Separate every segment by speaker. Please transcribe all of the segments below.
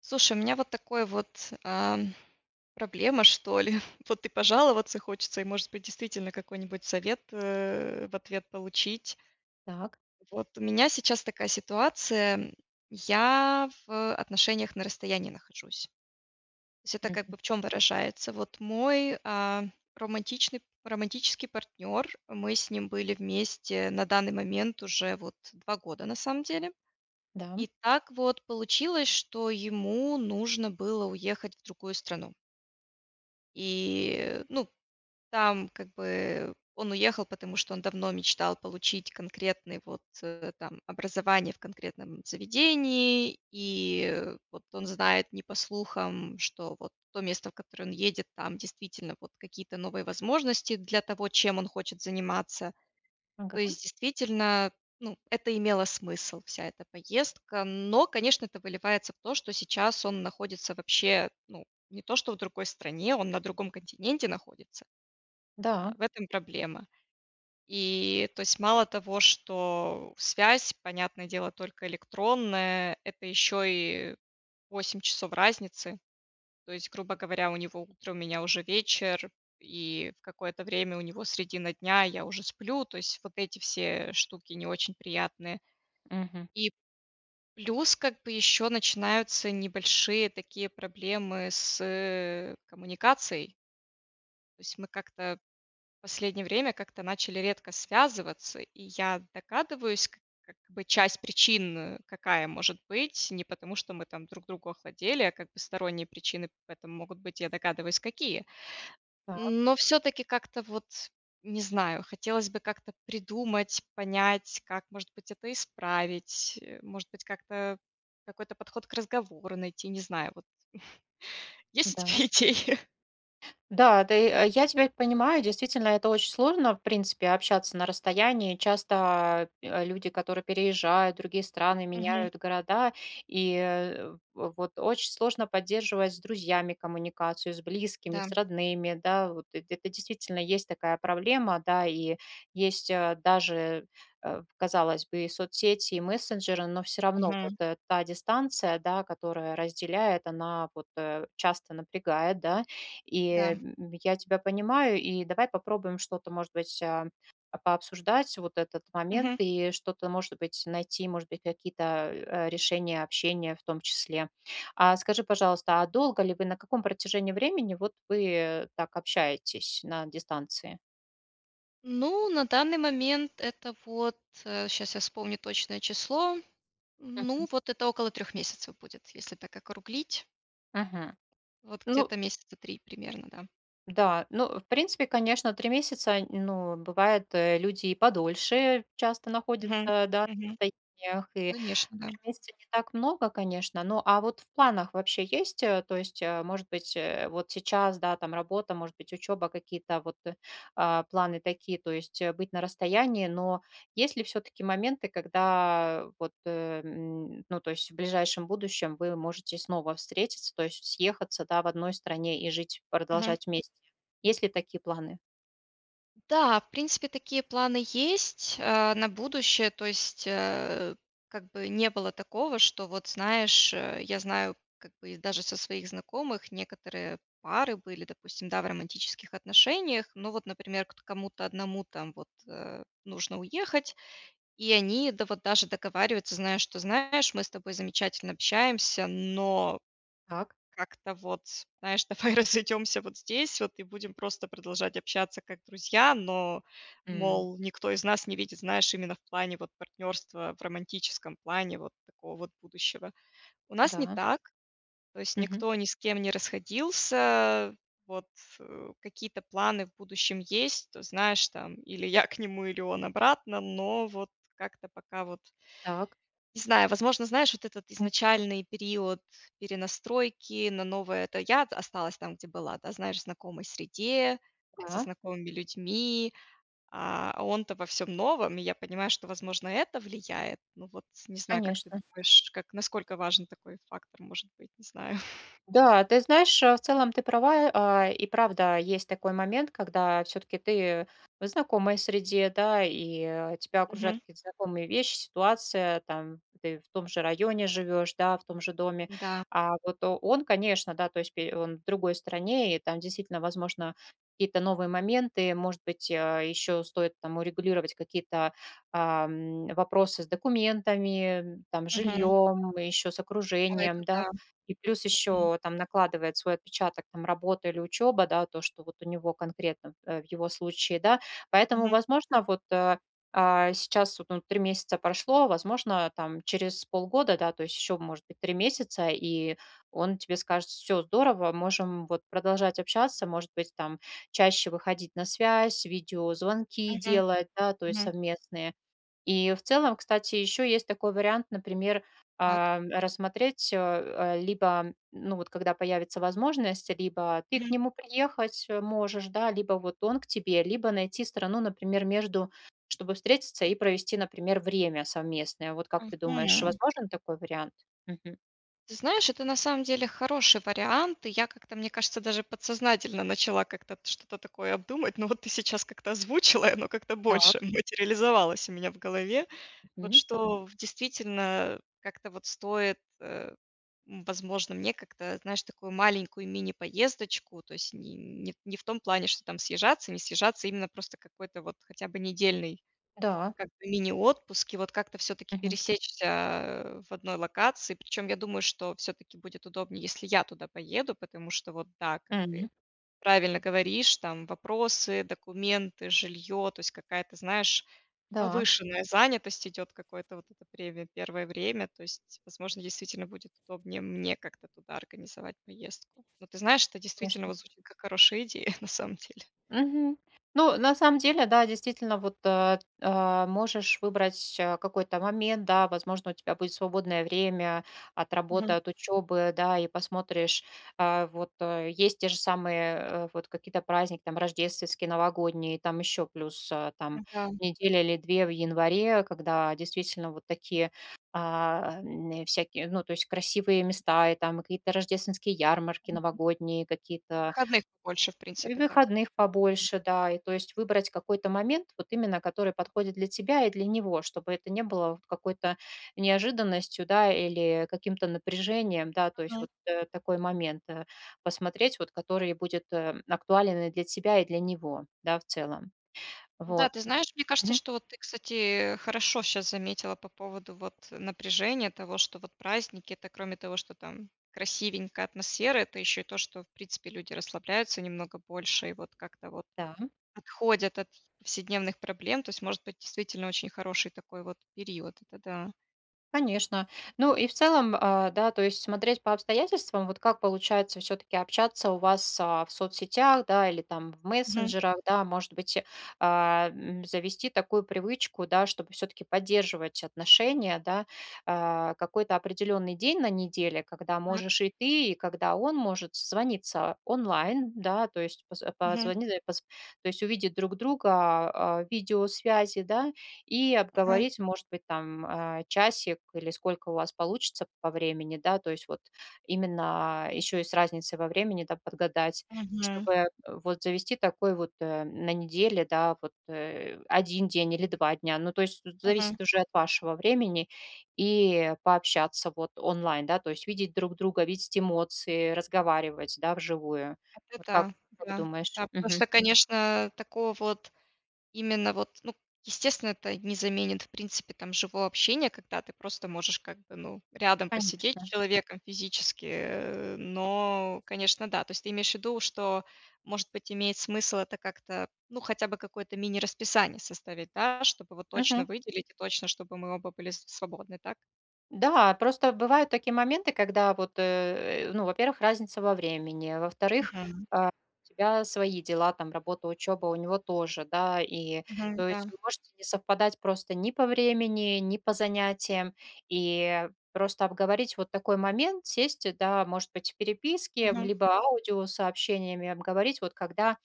Speaker 1: Слушай, у меня вот такой вот, проблема, что ли. Вот и пожаловаться хочется, и, может быть, действительно какой-нибудь совет, в ответ получить.
Speaker 2: Так.
Speaker 1: Вот у меня сейчас такая ситуация. Я в отношениях на расстоянии нахожусь. То есть это как
Speaker 2: Мгм.
Speaker 1: бы в чем выражается? Вот мой, романтичный романтический партнер. Мы с ним были вместе на данный момент уже вот 2 года на самом деле.
Speaker 2: Да.
Speaker 1: И так вот получилось, что ему нужно было уехать в другую страну. И, ну, там как бы он уехал, потому что он давно мечтал получить конкретное вот, там образование в конкретном заведении. И, вот он знает не по слухам, что вот то место, в которое он едет, там действительно вот какие-то новые возможности для того, чем он хочет заниматься.
Speaker 2: Ага.
Speaker 1: То есть действительно, ну, это имело смысл, вся эта поездка. Но, конечно, это выливается в то, что сейчас он находится вообще, ну, не то что в другой стране, он на другом континенте находится. А,
Speaker 2: Да.
Speaker 1: в этом проблема. И то есть мало того, что связь, понятное дело, только электронная, это еще и 8 часов разницы. То есть, грубо говоря, у него утро, у меня уже вечер, и в какое-то время у него средина дня, я уже сплю. То есть вот эти все штуки не очень приятные.
Speaker 2: Мгм.
Speaker 1: И плюс как бы еще начинаются небольшие такие проблемы с коммуникацией. То есть мы как-то в последнее время как-то начали редко связываться, и я догадываюсь, как бы часть причин какая может быть, не потому что мы там друг другу охладели, а как бы сторонние причины в этом могут быть, я догадываюсь, какие.
Speaker 2: Так,
Speaker 1: Но все таки как-то вот, не знаю, хотелось бы как-то придумать, понять, как, может быть, это исправить, может быть, как-то какой-то подход к разговору найти, не знаю. Вот есть у
Speaker 2: да.
Speaker 1: тебя идеи?
Speaker 2: Да, ты, я тебя понимаю, действительно, это очень сложно, в принципе, общаться на расстоянии. Часто люди, которые переезжают в другие страны,
Speaker 1: Мгм.
Speaker 2: меняют города, и вот очень сложно поддерживать с друзьями коммуникацию, с близкими,
Speaker 1: Да,
Speaker 2: с родными, да, вот это действительно есть такая проблема, да, и есть даже, казалось бы, и соцсети, и мессенджеры, но все равно вот
Speaker 1: мгм,
Speaker 2: та дистанция, да, которая разделяет, она вот часто напрягает, да,
Speaker 1: да.
Speaker 2: и я тебя понимаю, и давай попробуем что-то, может быть, пообсуждать вот этот момент
Speaker 1: Мгм.
Speaker 2: и что-то, может быть, найти, может быть, какие-то решения общения в том числе. А скажи, пожалуйста, а долго ли вы, на каком протяжении времени вот вы так общаетесь на дистанции?
Speaker 1: Ну, на данный момент это вот, сейчас я вспомню точное число.
Speaker 2: Мгм.
Speaker 1: Ну, вот это около 3 месяцев будет, если так округлить.
Speaker 2: Мгм.
Speaker 1: Вот
Speaker 2: Ну.
Speaker 1: где-то месяца 3 примерно, да.
Speaker 2: Да, ну, в принципе, конечно, 3 месяца, ну, бывает, люди и подольше часто
Speaker 1: Мгм.
Speaker 2: находятся, да,
Speaker 1: Мгм.
Speaker 2: на расстояниях, и
Speaker 1: Конечно, да.
Speaker 2: 3 месяца не так много, конечно. Ну, а вот в планах вообще есть, то есть, может быть, вот сейчас, да, там работа, может быть, учеба, какие-то вот, планы такие, то есть, быть на расстоянии, но есть ли все-таки моменты, когда вот, ну, то есть в ближайшем будущем вы можете снова встретиться, то есть съехаться, да, в одной стране и жить, продолжать вместе? Есть ли такие планы?
Speaker 1: Да, в принципе, такие планы есть, на будущее. То есть, как бы не было такого, что вот знаешь, я знаю, как бы и даже со своих знакомых некоторые пары были, допустим, да, в романтических отношениях. Но вот, например, к кому-то одному там вот, нужно уехать, и они, да, вот даже договариваются, знаешь, что: "Знаешь, мы с тобой замечательно общаемся, но
Speaker 2: Так,
Speaker 1: как-то вот, знаешь, давай разойдемся вот здесь вот и будем просто продолжать общаться как друзья, но,
Speaker 2: м.
Speaker 1: мол, никто из нас не видит, знаешь, именно в плане вот партнерства, в романтическом плане вот такого вот будущего. У нас не
Speaker 2: Да,
Speaker 1: так, то есть
Speaker 2: мгм.
Speaker 1: никто ни с кем не расходился, вот какие-то планы в будущем есть, то знаешь, там, или я к нему, или он обратно, но вот как-то пока вот
Speaker 2: Так,
Speaker 1: не знаю, возможно, знаешь, вот этот
Speaker 2: м.
Speaker 1: изначальный период перенастройки на новое, это я осталась там, где была, да, знаешь, в знакомой среде, со
Speaker 2: Да,
Speaker 1: знакомыми людьми, а он-то во всем новом, и я понимаю, что, возможно, это влияет. Ну вот не знаю, как ты
Speaker 2: конечно.
Speaker 1: думаешь, как насколько важен такой фактор может быть, не знаю.
Speaker 2: Да, ты знаешь, в целом ты права, и правда есть такой момент, когда все-таки ты в знакомой среде, да, и тебя окружают
Speaker 1: Мгм.
Speaker 2: какие-то знакомые вещи, ситуация, там, ты в том же районе живешь, да, в том же доме,
Speaker 1: Да.
Speaker 2: а вот он, конечно, да, то есть он в другой стране, и там действительно, возможно, какие-то новые моменты, может быть, еще стоит там урегулировать какие-то вопросы с документами, там,
Speaker 1: Мгм.
Speaker 2: жильем, еще с
Speaker 1: Ой,
Speaker 2: окружением,
Speaker 1: это
Speaker 2: да,
Speaker 1: да.
Speaker 2: и плюс
Speaker 1: Мгм.
Speaker 2: еще там накладывает свой отпечаток там работа или учеба, да, то, что вот у него конкретно, в его случае, да. Поэтому,
Speaker 1: Мгм.
Speaker 2: возможно, вот, сейчас вот, ну, 3 месяца прошло, возможно, там через полгода, да, то есть еще, может быть, 3 месяца, и он тебе скажет: все здорово, можем вот продолжать общаться, может быть, там чаще выходить на связь, видеозвонки
Speaker 1: Мгм.
Speaker 2: делать, да, то есть
Speaker 1: Мгм.
Speaker 2: совместные". И в целом, кстати, еще есть такой вариант, например,
Speaker 1: Так.
Speaker 2: рассмотреть, либо, ну вот когда появится возможность, либо ты к
Speaker 1: Мгм.
Speaker 2: нему приехать можешь, да, либо вот он к тебе, либо найти страну, например, между, чтобы встретиться и провести, например, время совместное. Вот как ты думаешь,
Speaker 1: Мгм.
Speaker 2: возможен такой вариант? Мгм.
Speaker 1: Ты знаешь, это на самом деле хороший вариант. И я как-то, мне кажется, даже подсознательно начала как-то что-то такое обдумать. Но вот ты сейчас как-то озвучила, и оно как-то
Speaker 2: Так,
Speaker 1: больше материализовалось у меня в голове. Вот
Speaker 2: мгм.
Speaker 1: что действительно как-то вот стоит, возможно, мне как-то, знаешь, такую маленькую мини-поездочку, то есть не в том плане, что там съезжаться, не съезжаться, а именно просто какой-то вот хотя бы недельный
Speaker 2: Да.
Speaker 1: как бы мини-отпуск, и вот как-то все таки
Speaker 2: Мгм.
Speaker 1: пересечься в одной локации. Причем я думаю, что все таки будет удобнее, если я туда поеду, потому что вот да, как
Speaker 2: Мгм.
Speaker 1: ты правильно говоришь, там вопросы, документы, жилье, то есть какая-то, знаешь,
Speaker 2: Да,
Speaker 1: повышенная занятость идет какое-то вот это время, первое время. То есть, возможно, действительно будет удобнее мне как-то туда организовать поездку. Но ты знаешь, это действительно
Speaker 2: конечно.
Speaker 1: вот звучит как хорошая идея на самом деле.
Speaker 2: Мгм. Ну, на самом деле, да, действительно, вот можешь выбрать какой-то момент, да, возможно, у тебя будет свободное время от работы,
Speaker 1: Мгм.
Speaker 2: от учебы, да, и посмотришь, вот есть те же самые вот какие-то праздники, там, рождественские, новогодние, там еще плюс там
Speaker 1: Да.
Speaker 2: неделя или две в январе, когда действительно вот такие всякие, ну, то есть красивые места, и там какие-то рождественские ярмарки
Speaker 1: Мгм.
Speaker 2: новогодние, какие-то
Speaker 1: Выходных больше в
Speaker 2: и
Speaker 1: принципе, так.
Speaker 2: выходных побольше, да. И то есть выбрать какой-то момент, вот именно который подходит для тебя и для него, чтобы это не было вот какой-то неожиданностью, да, или каким-то напряжением, да, то есть
Speaker 1: Мгм.
Speaker 2: вот такой момент посмотреть, вот который будет актуален и для тебя, и для него, да, в целом.
Speaker 1: Да,
Speaker 2: Вот.
Speaker 1: ты знаешь, мне кажется,
Speaker 2: Мгм.
Speaker 1: что вот ты, кстати, хорошо сейчас заметила по поводу вот напряжения того, что вот праздники — это кроме того, что там красивенькая атмосфера, это еще и то, что, в принципе, люди расслабляются немного больше и вот как-то вот
Speaker 2: Да.
Speaker 1: отходят от повседневных проблем. То есть может быть действительно очень хороший такой вот период. Это да.
Speaker 2: Конечно. Ну и в целом, да, то есть смотреть по обстоятельствам, вот как получается все-таки общаться у вас в соцсетях, да, или там в
Speaker 1: Мгм.
Speaker 2: мессенджерах, да, может быть, завести такую привычку, да, чтобы все-таки поддерживать отношения, да, какой-то определенный день на неделе, когда
Speaker 1: Так.
Speaker 2: можешь и ты, и когда он может созвониться онлайн, да, то есть
Speaker 1: Мгм.
Speaker 2: позвонить, то есть увидеть друг друга в видеосвязи, да, и
Speaker 1: Мгм.
Speaker 2: обговорить, может быть, там часик или сколько у вас получится по времени, да, то есть вот именно еще и с разницей во времени, да, подгадать,
Speaker 1: Мгм.
Speaker 2: чтобы вот завести такой вот на неделе, да, вот один день или два дня, ну, то есть тут
Speaker 1: Мгм.
Speaker 2: зависит уже от вашего времени, и пообщаться вот онлайн, да, то есть видеть друг друга, видеть эмоции, разговаривать, да, вживую.
Speaker 1: Это
Speaker 2: Вот
Speaker 1: да,
Speaker 2: как
Speaker 1: да.
Speaker 2: думаешь?
Speaker 1: Да, потому
Speaker 2: Мгм.
Speaker 1: что, конечно, такого вот именно вот, ну, естественно, это не заменит, в принципе, там живого общения, когда ты просто можешь как бы, ну, рядом посидеть с
Speaker 2: Конечно.
Speaker 1: человеком физически, но, конечно, да. То есть ты имеешь в виду, что, может быть, имеет смысл это как-то, ну, хотя бы какое-то мини-расписание составить, да, чтобы вот точно
Speaker 2: Мгм.
Speaker 1: выделить и точно, чтобы мы оба были свободны, так?
Speaker 2: Да, просто бывают такие моменты, когда вот, ну, во-первых, разница во времени, во-вторых,
Speaker 1: Мгм.
Speaker 2: у тебя свои дела, там, работа, учеба, у него тоже, да, и
Speaker 1: Мгм.
Speaker 2: то есть
Speaker 1: Да.
Speaker 2: вы можете не совпадать просто ни по времени, ни по занятиям, и просто обговорить вот такой момент, сесть, да, может быть, в переписке,
Speaker 1: Мгм.
Speaker 2: либо аудиосообщениями обговорить, вот когда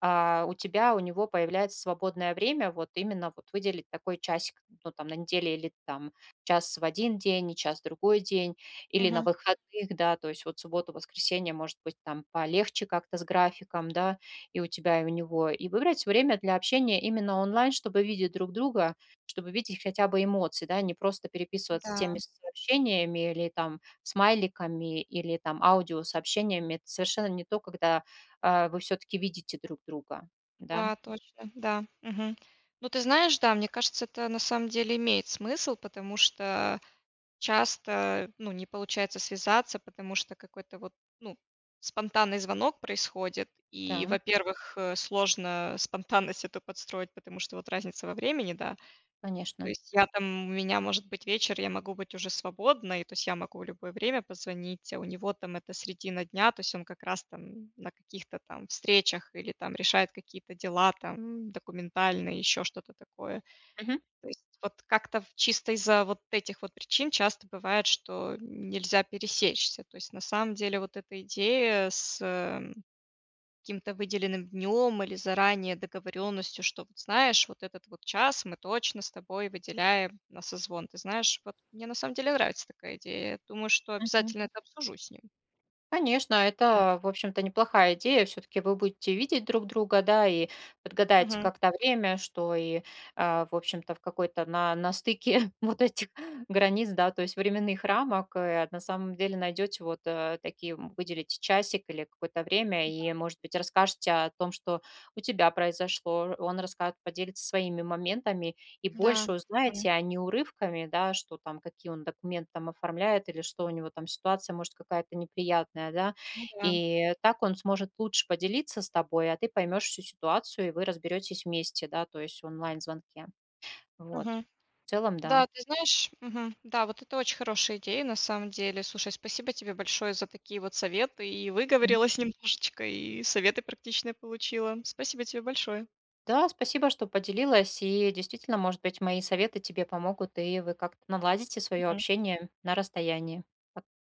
Speaker 2: у тебя, у него появляется свободное время, вот именно вот выделить такой часик, ну, там, на неделе или там час в один день, и час в другой день, или на
Speaker 1: Мгм.
Speaker 2: выходных, да, то есть вот субботу, воскресенье, может быть, там полегче как-то с графиком, да, и у тебя, и у него, и выбрать время для общения именно онлайн, чтобы видеть друг друга, чтобы видеть хотя бы эмоции, да, не просто переписываться теми
Speaker 1: Да,
Speaker 2: сообщениями или там смайликами или там аудиосообщениями, это совершенно не то, когда вы все таки видите друг друга. Да,
Speaker 1: да, точно, да. Мгм. Ну, ты знаешь, да, мне кажется, это на самом деле имеет смысл, потому что часто, ну, не получается связаться, потому что какой-то вот, ну, спонтанный звонок происходит. И,
Speaker 2: да,
Speaker 1: во-первых, сложно спонтанность эту подстроить, потому что вот разница во времени, да. То
Speaker 2: конечно.
Speaker 1: есть я там, у меня может быть вечер, я могу быть уже свободной, то есть я могу в любое время позвонить, а у него там это средина дня, то есть он как раз там на каких-то там встречах или там решает какие-то дела там документальные, еще что-то такое.
Speaker 2: Мгм,
Speaker 1: То есть вот как-то в чисто из-за вот этих вот причин часто бывает, что нельзя пересечься. То есть на самом деле вот эта идея с каким-то выделенным днем или заранее договоренностью, что вот знаешь, вот этот вот час мы точно с тобой выделяем на созвон. Ты знаешь, вот мне на самом деле нравится такая идея. Я думаю, что
Speaker 2: мгм.
Speaker 1: обязательно это обсужу с ним.
Speaker 2: Конечно, это, в общем-то, неплохая идея. Все таки вы будете видеть друг друга, да, и подгадаете
Speaker 1: Мгм.
Speaker 2: как-то время, что и, в общем-то, в какой-то на стыке вот этих границ, да, то есть временных рамок, на самом деле найдете вот, такие, выделите часик или какое-то время и, может быть, расскажете о том, что у тебя произошло. Он расскажет, поделится своими моментами. И
Speaker 1: Да.
Speaker 2: больше
Speaker 1: Мгм.
Speaker 2: узнаете, а не урывками, да, что там, какие он документы там оформляет или что у него там ситуация, может, какая-то неприятная, да.
Speaker 1: Ну да.
Speaker 2: И так он сможет лучше поделиться с тобой, а ты поймешь всю ситуацию, и вы разберетесь вместе, да, то есть в онлайн-звонке. Вот.
Speaker 1: Мгм.
Speaker 2: В целом, да.
Speaker 1: Да, ты знаешь, мгм, да, вот это очень хорошая идея на самом деле. Слушай, спасибо тебе большое за такие вот советы. И
Speaker 2: Мгм.
Speaker 1: выговорилась немножечко, и советы практичные получила. Спасибо тебе большое.
Speaker 2: Да, спасибо, что поделилась. И действительно, может быть, мои советы тебе помогут, и вы как-то наладите свое
Speaker 1: Мгм.
Speaker 2: общение на расстоянии.